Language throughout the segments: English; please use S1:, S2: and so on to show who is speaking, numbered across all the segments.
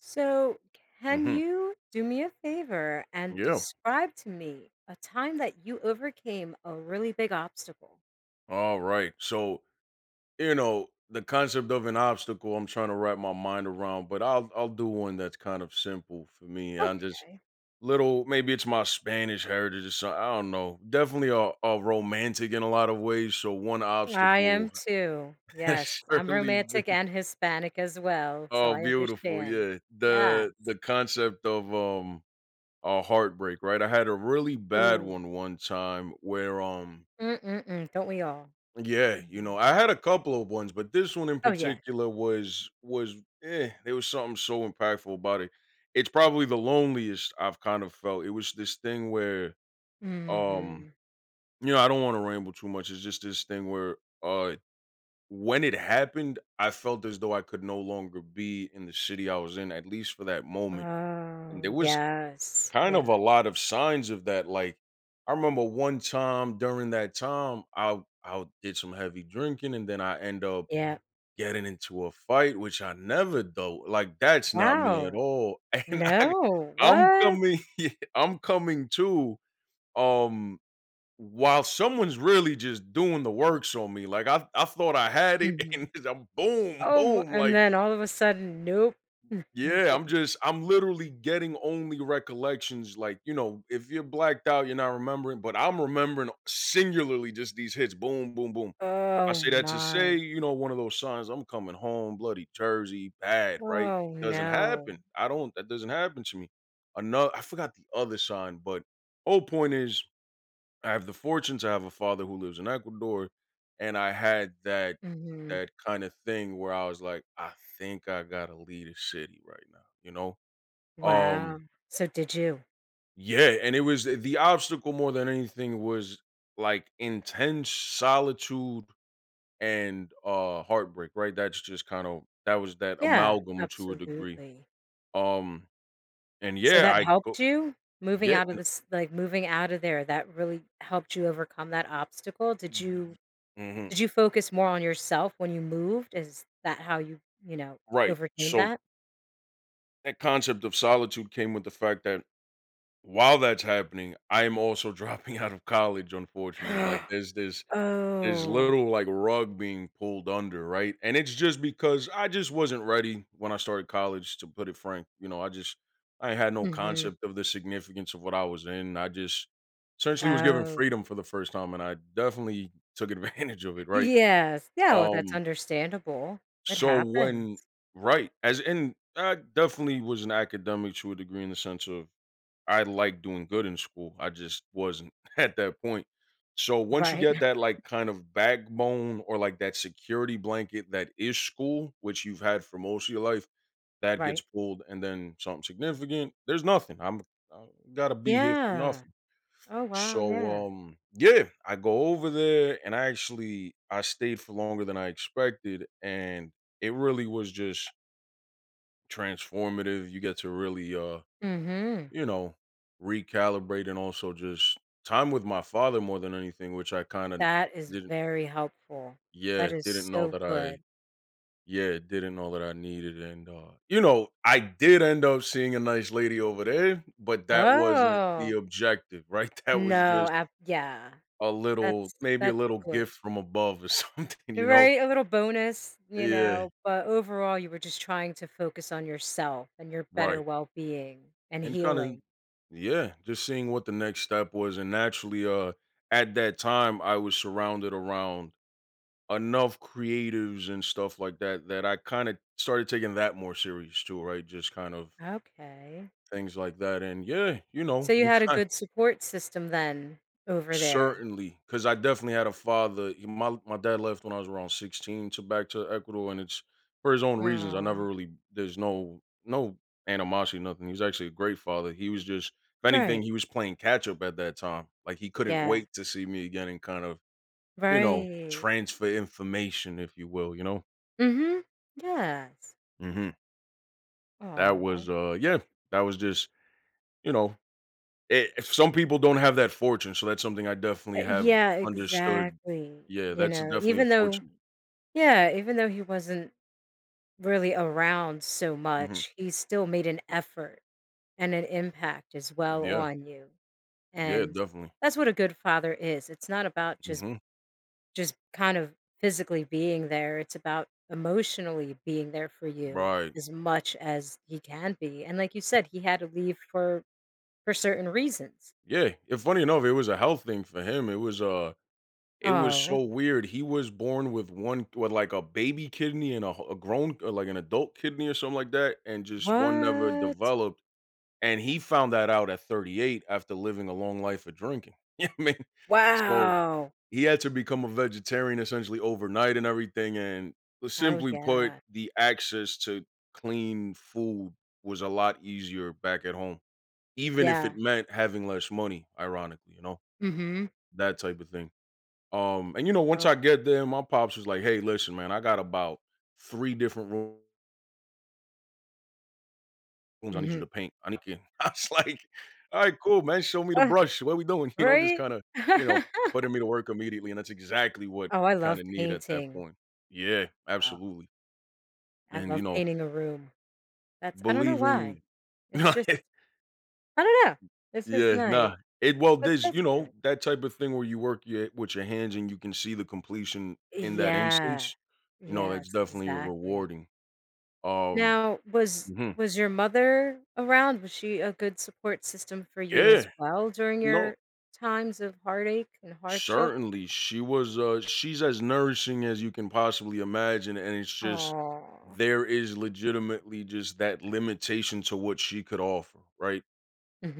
S1: So, can
S2: Hmm.
S1: you do me a favor and
S2: Yeah.
S1: describe to me a time that you overcame a really big obstacle?
S2: All right. So you know the concept of an obstacle, I'm trying to wrap my mind around, but I'll do one that's kind of simple for me. I'm just
S1: Okay.
S2: little. Maybe it's my Spanish heritage or something. I don't know. Definitely a romantic in a lot of ways. So one
S1: I
S2: obstacle
S1: am too.
S2: has
S1: Yes, I'm
S2: surely
S1: romantic
S2: been
S1: and Hispanic as well, so
S2: oh
S1: I
S2: beautiful.
S1: understand.
S2: Yeah.
S1: Yeah.
S2: The concept of a heartbreak. Right. I had a really bad
S1: Ooh.
S2: one time where
S1: Mm-mm-mm. Don't we all?
S2: yeah, you
S1: Mhm.
S2: know, I had a couple of ones, but this one in
S1: Oh yeah.
S2: particular was there was something so impactful about it. It's probably the loneliest I've kind of felt. It was this thing where um,
S1: Hmm.
S2: you know, I don't want to ramble too much. It's just this thing where uh when it happened, I felt as though I could no longer be in the city I was in, at least for that moment. And there
S1: Oh
S2: was
S1: yes.
S2: kind
S1: Yeah.
S2: of a lot of signs of that. Like I remember one time during that time, I did some heavy drinking and then I end up
S1: Yeah.
S2: getting into a fight, which I never do, like, that's not me at
S1: Wow.
S2: all, and I
S1: No.
S2: I'm
S1: What?
S2: coming yeah, I'm coming to, um, while someone's really just doing the works on me, like, I thought I had it, and I'm boom,
S1: Oh my,
S2: boom,
S1: and
S2: like,
S1: then all of a sudden, nope, you
S2: yeah, I'm
S1: didn't.
S2: just I'm literally getting only recollections, like, you know, if you're blacked out, you're not remembering, but I'm remembering singularly just these hits, boom, boom, boom. I
S1: Oh
S2: say that to say,
S1: my.
S2: you know, one of those signs, I'm coming home, bloody Jersey, bad, right?
S1: Oh
S2: Doesn't
S1: no.
S2: happen. I don't, that doesn't happen to me. Another, I forgot the other sign, but whole point is I have the fortune to have a father who lives in Ecuador. And I had that,
S1: Mhm.
S2: that kind of thing where I was like, I think I got to leave the city right now, you know?
S1: Wow.
S2: Um,
S1: So did you?
S2: yeah. And it was the obstacle more than anything was like intense solitude and, heartbreak, right? That's just kind of that was that
S1: Yeah,
S2: amalgam to a degree.
S1: absolutely.
S2: Um, and
S1: So
S2: yeah,
S1: that
S2: I go
S1: helped you? Moving
S2: yeah,
S1: out of
S2: n
S1: this, like, moving out of there, that really helped you overcome that obstacle? Did you,
S2: y mhm,
S1: did you focus more on yourself when you moved? Is that how you,
S2: right.
S1: overcame
S2: So,
S1: that?
S2: that concept of solitude came with the fact that while that's happening, I am also dropping out of college, unfortunately. Like, there's this there's
S1: Oh.
S2: little like rug being pulled under, right? And it's just because I just wasn't ready when I started college, to put it frank. You know, I just I had no
S1: Mhm.
S2: concept of the significance of what I was in. I just essentially was given
S1: Oh.
S2: freedom for the first time, and I definitely took advantage of it, right?
S1: Yes. No, that's
S2: Um,
S1: understandable. It
S2: so
S1: happens.
S2: when right as in I definitely was an academic to a degree in the sense of I like doing good in school. I just wasn't at that point. So once you
S1: Right.
S2: get that like kind of backbone or like that security blanket that is school, which you've had for most of your life, that gets
S1: Right.
S2: pulled and then something significant, there's nothing. I'm I gotta be here for
S1: Yeah.
S2: nothing.
S1: Oh, wow. Yeah.
S2: So yeah, I go over there and I actually I stayed for longer than I expected and it really was just transformative. You get to really
S1: Mhm.
S2: you know, recalibrate and also just time with my father more than anything, which I kind of
S1: That is
S2: didn't,
S1: very helpful.
S2: yeah,
S1: That is
S2: didn't know
S1: so
S2: that I,
S1: good.
S2: yeah, didn't know that I needed. And, you know, I did end up seeing a nice lady over there, but that wasn't the
S1: Oh.
S2: objective, right? That was
S1: No,
S2: just
S1: ab yeah.
S2: a little, maybe a
S1: That's
S2: little
S1: good.
S2: gift from above or something, you know?
S1: Right, a little bonus, you
S2: Yeah,
S1: know, but overall, you were just trying to focus on yourself and your better
S2: right.
S1: well-being and
S2: And kind of,
S1: healing.
S2: yeah, just seeing what the next step was. And naturally, at that time, I was surrounded around enough creatives and stuff like that, that I kinda started taking that more serious too, right? Just kind of
S1: Okay.
S2: things like that, and yeah, you know,
S1: So you
S2: you
S1: had a
S2: kind
S1: good support system then over there.
S2: certainly, because I definitely had a father he my dad left when I was around 16 to back to Ecuador, and it's for his own reasons, I
S1: Aw.
S2: never really there's no animosity, nothing, he was actually a great father, he was just if anything,
S1: Right,
S2: he was playing catch up at that time, like, he couldn't
S1: yeah,
S2: wait to see me again and kind of, you know,
S1: right.
S2: transfer information, if you will, you know?
S1: Mhm, yes.
S2: Mhm. That
S1: Oh.
S2: was, yeah, that was just, you know, if some people don't have that fortune, so that's something I definitely have
S1: Yeah,
S2: understood.
S1: exactly,
S2: Yeah,
S1: you
S2: that's
S1: know,
S2: definitely
S1: even though,
S2: unfortunate.
S1: yeah, even though he wasn't really around so
S2: Mhm.
S1: much, he still made an effort and an impact as well
S2: Yeah,
S1: on you,
S2: yeah,
S1: and
S2: definitely.
S1: that's what a good father is. It's not about just
S2: Mhm.
S1: just kind of, physically being there. It's about emotionally being there for you
S2: Right.
S1: as much as he can be, and like you said, he had to leave for certain reasons.
S2: Yeah, and funny enough, it was a health thing for him. It was
S1: Oh,
S2: so weird. He was born with one with, like, a baby kidney and a wh a grown or, like, an adult kidney or something like that, and just one never
S1: what?
S2: developed, and he found that out at 38 after living a long life of drinking. You I mean? So
S1: Wow.
S2: he had to become a vegetarian essentially overnight and everything. And
S1: Oh,
S2: simply put,
S1: yeah.
S2: the access to clean food was a lot easier back at home, even if it
S1: Yeah.
S2: meant having less money, ironically, you know,
S1: Mhm.
S2: that type of thing. And you know, once
S1: Oh.
S2: I get there, my pops was like, hey, listen, man, I got about three different rooms Holmes, I need you
S1: Mhm.
S2: to paint. I need you. I was like, all right, cool, man. Show me the
S1: Uh,
S2: brush. What are we doing? You know, just
S1: right?
S2: kind of, you know, putting me to work immediately. And that's exactly what
S1: Oh, I
S2: you kind
S1: love
S2: of need at that
S1: painting.
S2: point. Yeah,
S1: Oh.
S2: absolutely.
S1: I
S2: And, you
S1: love
S2: know,
S1: painting a room. That's, I don't know why.
S2: believing,
S1: It's just,
S2: yeah,
S1: I don't know. It's just nice.
S2: nah. It, well,
S1: But
S2: there's,
S1: that's
S2: you know,
S1: good.
S2: that type of thing where you work your, with your hands and you can see the completion in that
S1: Yeah.
S2: instance, you know,
S1: Yes,
S2: that's definitely
S1: exactly.
S2: rewarding. Um,
S1: Now, was
S2: mhm.
S1: was your mother around? Was she a good support system for you as
S2: Yeah,
S1: well during
S2: no,
S1: your times of heartache and hardship?
S2: certainly, she was, she's as nourishing as you can possibly imagine, and it's just
S1: Oh.
S2: there is legitimately just that limitation to what she could offer, right?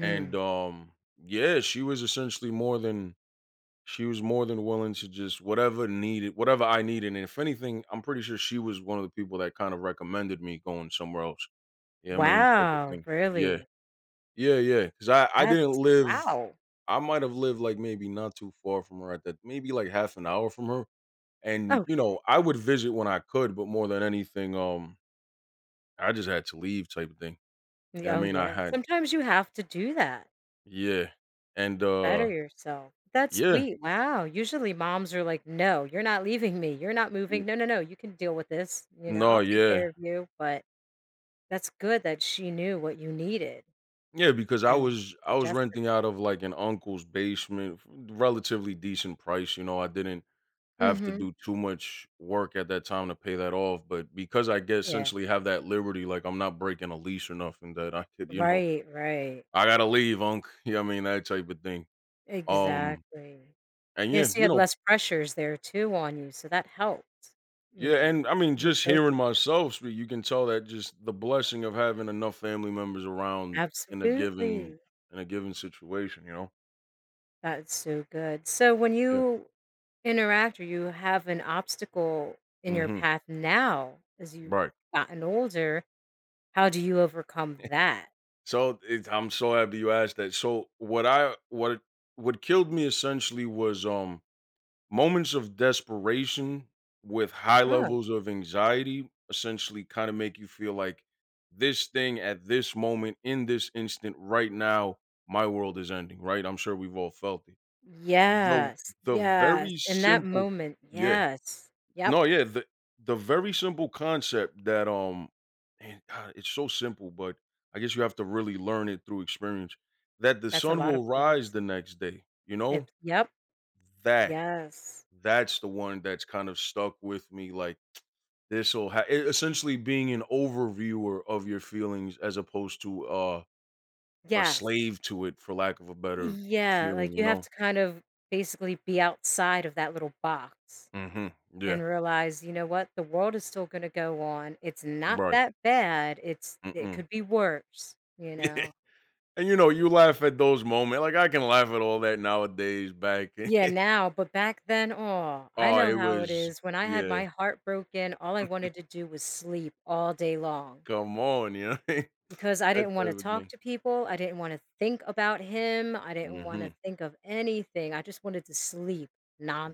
S2: And, yeah, she was essentially more than she was more than willing to just whatever needed whatever I needed, and if anything, I'm pretty sure she was one of the people that kind of recommended me going somewhere else. Yeah, I mean, type of
S1: Wow,
S2: thing. Yeah.
S1: really?
S2: Yeah, yeah. Because I didn't
S1: That's,
S2: live
S1: wow.
S2: I might have lived, like, maybe not too far from her at that maybe, like, half an hour from her, and, you
S1: Okay.
S2: know, I would visit when I could, but more than anything, I just had to leave type of thing. Yeah, I
S1: Yeah, oh,
S2: mean, I
S1: yeah.
S2: had
S1: Sometimes you have to do that.
S2: yeah, and,
S1: Better yourself. That's
S2: yeah.
S1: sweet. Wow. Usually moms are like, "No, you're not leaving me. You're not
S2: N
S1: moving. No, no, no. You can deal with this. You know,
S2: no,
S1: I'll take
S2: yeah.
S1: care of you." But that's good that she knew what you needed
S2: Yeah, because I
S1: and
S2: was I was
S1: suggested.
S2: renting out of, like, an uncle's basement, f relatively decent price, you know, I didn't have to
S1: Mhm.
S2: do too much work at that time to pay that off, but because I get
S1: Yeah.
S2: essentially have that liberty, like, I'm not breaking a lease or nothing that I could, you know
S1: Right, right.
S2: I gotta leave, Unc. You know what I mean? That type of thing. Um,
S1: Exactly.
S2: and yeah,
S1: Yes, you
S2: you
S1: had
S2: know,
S1: less pressures there too on you, so that helped, you
S2: yeah,
S1: know.
S2: and I mean,
S1: You
S2: just hearing
S1: focus.
S2: myself speak, you can tell that just the blessing of having enough family members around in a given
S1: Absolutely.
S2: in a given situation, you know?
S1: That's so good. So when
S2: Yeah.
S1: you interact or you have an obstacle in your
S2: Hmm.
S1: path now as you've
S2: Right.
S1: gotten older, how do you overcome that?
S2: So it, I'm so happy you asked that. So what I what killed me essentially was moments of desperation with high
S1: Huh.
S2: levels of anxiety essentially kind of make you feel like this thing at this moment, in this instant, right now, my world is ending, right? I'm sure we've all felt it. The
S1: Yes,
S2: the
S1: yes.
S2: very
S1: In that
S2: simple
S1: moment,
S2: yeah.
S1: yes. Yep.
S2: No, yeah, the very simple concept that and God, it's so simple, but I guess you have to really learn it through experience that the
S1: That's a
S2: sun
S1: lot of
S2: will rise
S1: things.
S2: the next day, you know?
S1: It, yep.
S2: That
S1: Yes.
S2: that's the one that's kind of stuck with me, like, this'll ha e essentially being an overviewer of your feelings as opposed to, a
S1: Yes.
S2: slave to it, for lack of a better
S1: Yeah,
S2: feeling,
S1: like,
S2: you
S1: you have
S2: know?
S1: to kind of basically be outside of that little box
S2: Mhm. Yeah.
S1: and realize, you know what, the world is still gonna go on. It's not
S2: Right.
S1: that bad. It
S2: Mm-mm.
S1: could be worse, you know?
S2: And, you know, you laugh at those moments. Like, I can laugh at all that nowadays back
S1: Yeah, now, but back then, oh, I
S2: oh,
S1: know
S2: it
S1: how it
S2: was
S1: is. When I had
S2: yeah.
S1: my heart broken, all I wanted to do was sleep all day long
S2: Come on, you know?
S1: because I
S2: That
S1: didn't
S2: type
S1: wanna
S2: of
S1: talk
S2: thing.
S1: to people. I didn't wanna think about him. I didn't wanna
S2: Mhm.
S1: think of anything. I just wanted to sleep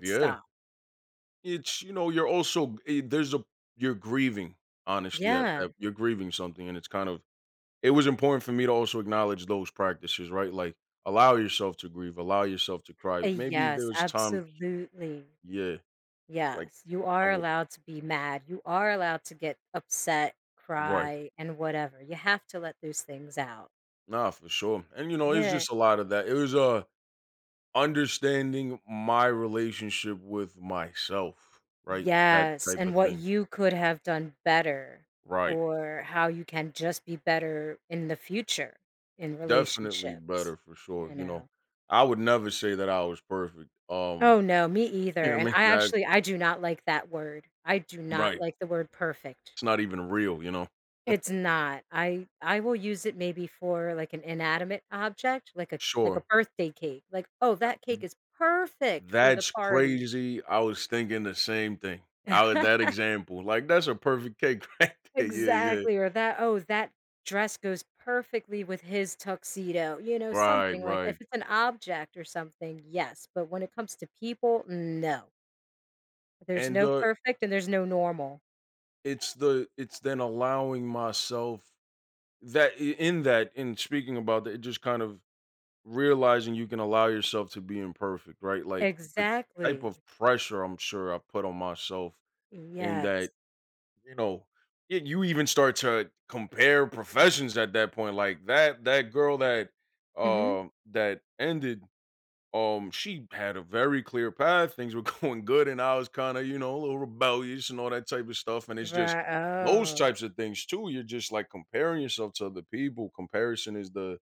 S2: Yeah. It's you know, you're also there's a you're grieving, honestly, at
S1: Yeah.
S2: that you're grieving something, and it's kind of it was important for me to also acknowledge those practices, right? Like, allow yourself to grieve, allow yourself to cry. Maybe
S1: Yes,
S2: there's times,
S1: absolutely.
S2: yeah, like
S1: Yes, you
S2: I
S1: are
S2: would,
S1: allowed to be mad. You are allowed to get upset,
S2: right?
S1: cry, and whatever. You have to let those things out.
S2: Nah, for sure. And you know, it's
S1: Yeah.
S2: just a lot of that. It was understanding my relationship with myself, right? That
S1: Yes,
S2: type
S1: and
S2: of
S1: what
S2: thing,
S1: you could have done better
S2: right?
S1: or how you can just be better in the future in
S2: Definitely better
S1: relationships,
S2: for sure.
S1: you
S2: You know,
S1: know.
S2: I would never say that I was perfect.
S1: Oh, no, me either.
S2: Yeah, I
S1: And
S2: mean,
S1: I
S2: that's
S1: actually I do not like that word. I do not
S2: right.
S1: like the word perfect.
S2: It's not even real, you know?
S1: It's not. I will use it maybe for, like, an inanimate object, like a, like a
S2: Sure.
S1: birthday cake, like, "Oh,
S2: Uh,
S1: that cake is perfect for the
S2: That's
S1: party."
S2: crazy. I was thinking the same thing. Out of that example, like that's a perfect cake right there. Yeah, yeah.
S1: Exactly, or that, "Oh, that dress goes perfectly with his tuxedo," you know,
S2: Right,
S1: something like
S2: right.
S1: if it's an object or something, yes, but when it comes to people, no. There's
S2: And
S1: no perfect and there's no normal.
S2: it's the it's then allowing myself in that in speaking about that, it just kind of realizing you can allow yourself to be imperfect, right? Like the type
S1: Exactly.
S2: of pressure I'm sure I put on myself in
S1: Yes.
S2: that. You know, y you even start to compare professions at that point, like, that girl that,
S1: Mhm.
S2: that ended, she had a very clear path, things were going good, and I was kinda, you know, a little rebellious and all that type of stuff, and it's just
S1: Right,
S2: those
S1: oh,
S2: types of things too, you're just, like, comparing yourself to other people, comparison is the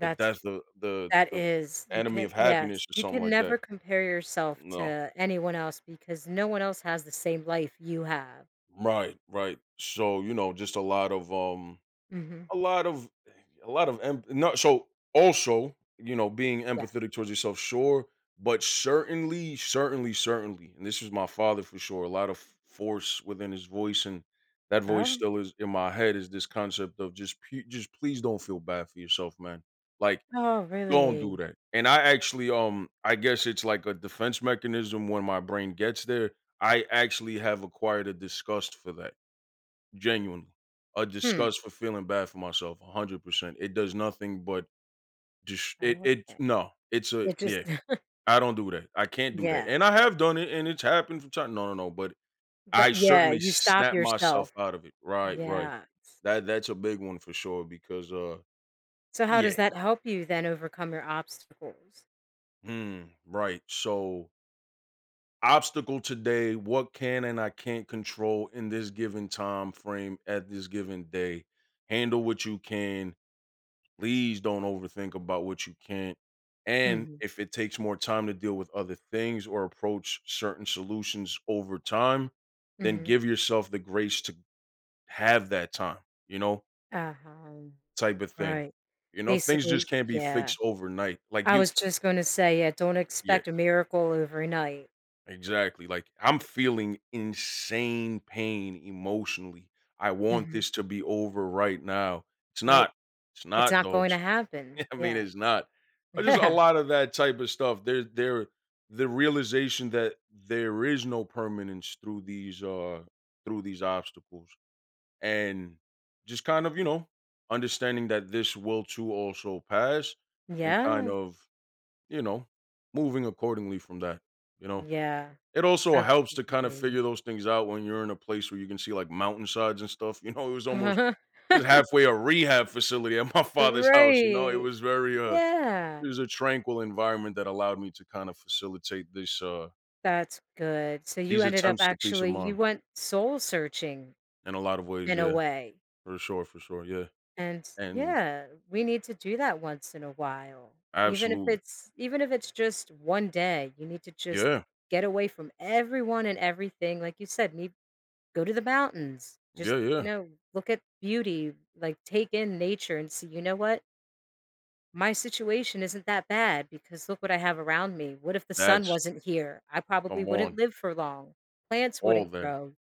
S2: the death of the
S1: that
S2: the
S1: is, you
S2: enemy
S1: can,
S2: of happiness
S1: yes,
S2: or
S1: you
S2: something
S1: can
S2: like that.
S1: never compare yourself
S2: No.
S1: to anyone else because no one else has the same life you have.
S2: Right, right. So, you know, just
S1: Mhm.
S2: a lot of not so also you know being
S1: Yeah.
S2: empathetic towards yourself, sure, but certainly and this was my father for sure, a lot of force within his voice, and that voice
S1: Oh,
S2: still is in my head, is this concept of just just please don't feel bad for yourself, man, like
S1: oh,
S2: don't
S1: really?
S2: do that. And I actually, I guess it's like a defense mechanism when my brain gets there. I actually have acquired a disgust for that. Genuinely. A
S1: Hmm.
S2: disgust for feeling bad for myself, 100%. It does nothing but just it
S1: Oh,
S2: it
S1: okay.
S2: no. It's a
S1: It
S2: yeah.
S1: just
S2: I don't do that. I can't do that.
S1: yeah.
S2: And I have done it and it's happened from time. No, no, no, but
S1: But
S2: I
S1: yeah,
S2: certainly
S1: you stop
S2: snap myself
S1: yourself.
S2: out of it. Right, right.
S1: Yeah.
S2: That that's a big one for sure because
S1: So how
S2: yeah.
S1: does that help you then overcome your obstacles?
S2: Mm, right. So obstacle today, what can and I can't control in this given time frame at this given day. Handle what you can. Please don't overthink about what you can't. And
S1: Mhm,
S2: if it takes more time to deal with other things or approach certain solutions over time, then
S1: mhm.
S2: give yourself the grace to have that time, you know,
S1: Uh-huh.
S2: type of thing.
S1: Right.
S2: You know, things
S1: Basically,
S2: just can't be
S1: yeah.
S2: fixed overnight. Like
S1: I
S2: you,
S1: was just gonna say, yeah, don't
S2: yeah,
S1: expect a miracle overnight.
S2: exactly. Like I'm feeling insane pain emotionally. I want
S1: Mhm.
S2: this to be over right now. It's
S1: Right?
S2: not. It's
S1: It's
S2: not,
S1: not going to
S2: dogs.
S1: happen.
S2: I mean,
S1: Yeah.
S2: it's not. Just a lot of that type of stuff. The realization that there is no permanence through these obstacles, and just kind of, you know, understanding that this will too also pass, and kind
S1: Yeah.
S2: of, you know, moving accordingly from that. You know,
S1: Yeah.
S2: it also helps to kind of
S1: Absolutely.
S2: figure those things out when you're in a place where you can see like mountainsides and stuff. You know, it was almost
S1: Uh-huh.
S2: it was halfway a rehab facility at my father's house. You know, it
S1: Right.
S2: was very it
S1: Yeah.
S2: was a tranquil environment that allowed me to kind of facilitate this
S1: That's good. So you
S2: these
S1: ended up
S2: attempts to peace of
S1: actually, you
S2: mind
S1: went soul searching
S2: in a lot of ways,
S1: in a
S2: yeah.
S1: way.
S2: For sure, for sure. Yeah.
S1: And
S2: And
S1: yeah, we need to do that once in a while. Even if
S2: absolutely.
S1: it's, even if it's just one day, you need to just
S2: Yeah.
S1: get away from everyone and everything. Like you said, go to the mountains. Just,
S2: Yeah,
S1: you
S2: yeah.
S1: know, look at beauty, like take in nature and see, you know what? My situation isn't that bad because look what I have around me. What if the sun
S2: That's
S1: wasn't here? I probably
S2: come
S1: wouldn't
S2: on.
S1: live for long. Plants
S2: All
S1: wouldn't
S2: that.
S1: grow.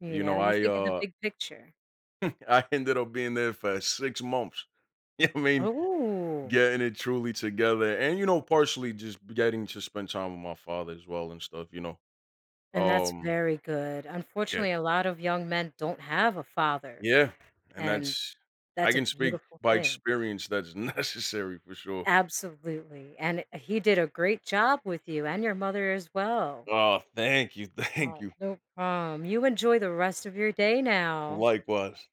S1: You
S2: You know,
S1: know, you
S2: I
S1: think of the big picture.
S2: I ended up being there for 6 months. Yeah, I mean,
S1: Oh,
S2: getting it truly together. And you know, partially just getting to spend time with my father as well and stuff, you know.
S1: and that's
S2: Um
S1: very good.
S2: yeah,
S1: Unfortunately, a lot of young men don't have a father,
S2: Yeah, and
S1: and
S2: that's I
S1: that's a
S2: can speak
S1: beautiful
S2: by
S1: thing.
S2: experience that's necessary for sure.
S1: Absolutely. And he did a great job with you and your mother as well.
S2: Oh, thank you, thank
S1: Oh,
S2: you.
S1: no problem. You enjoy the rest of your day now.
S2: Likewise.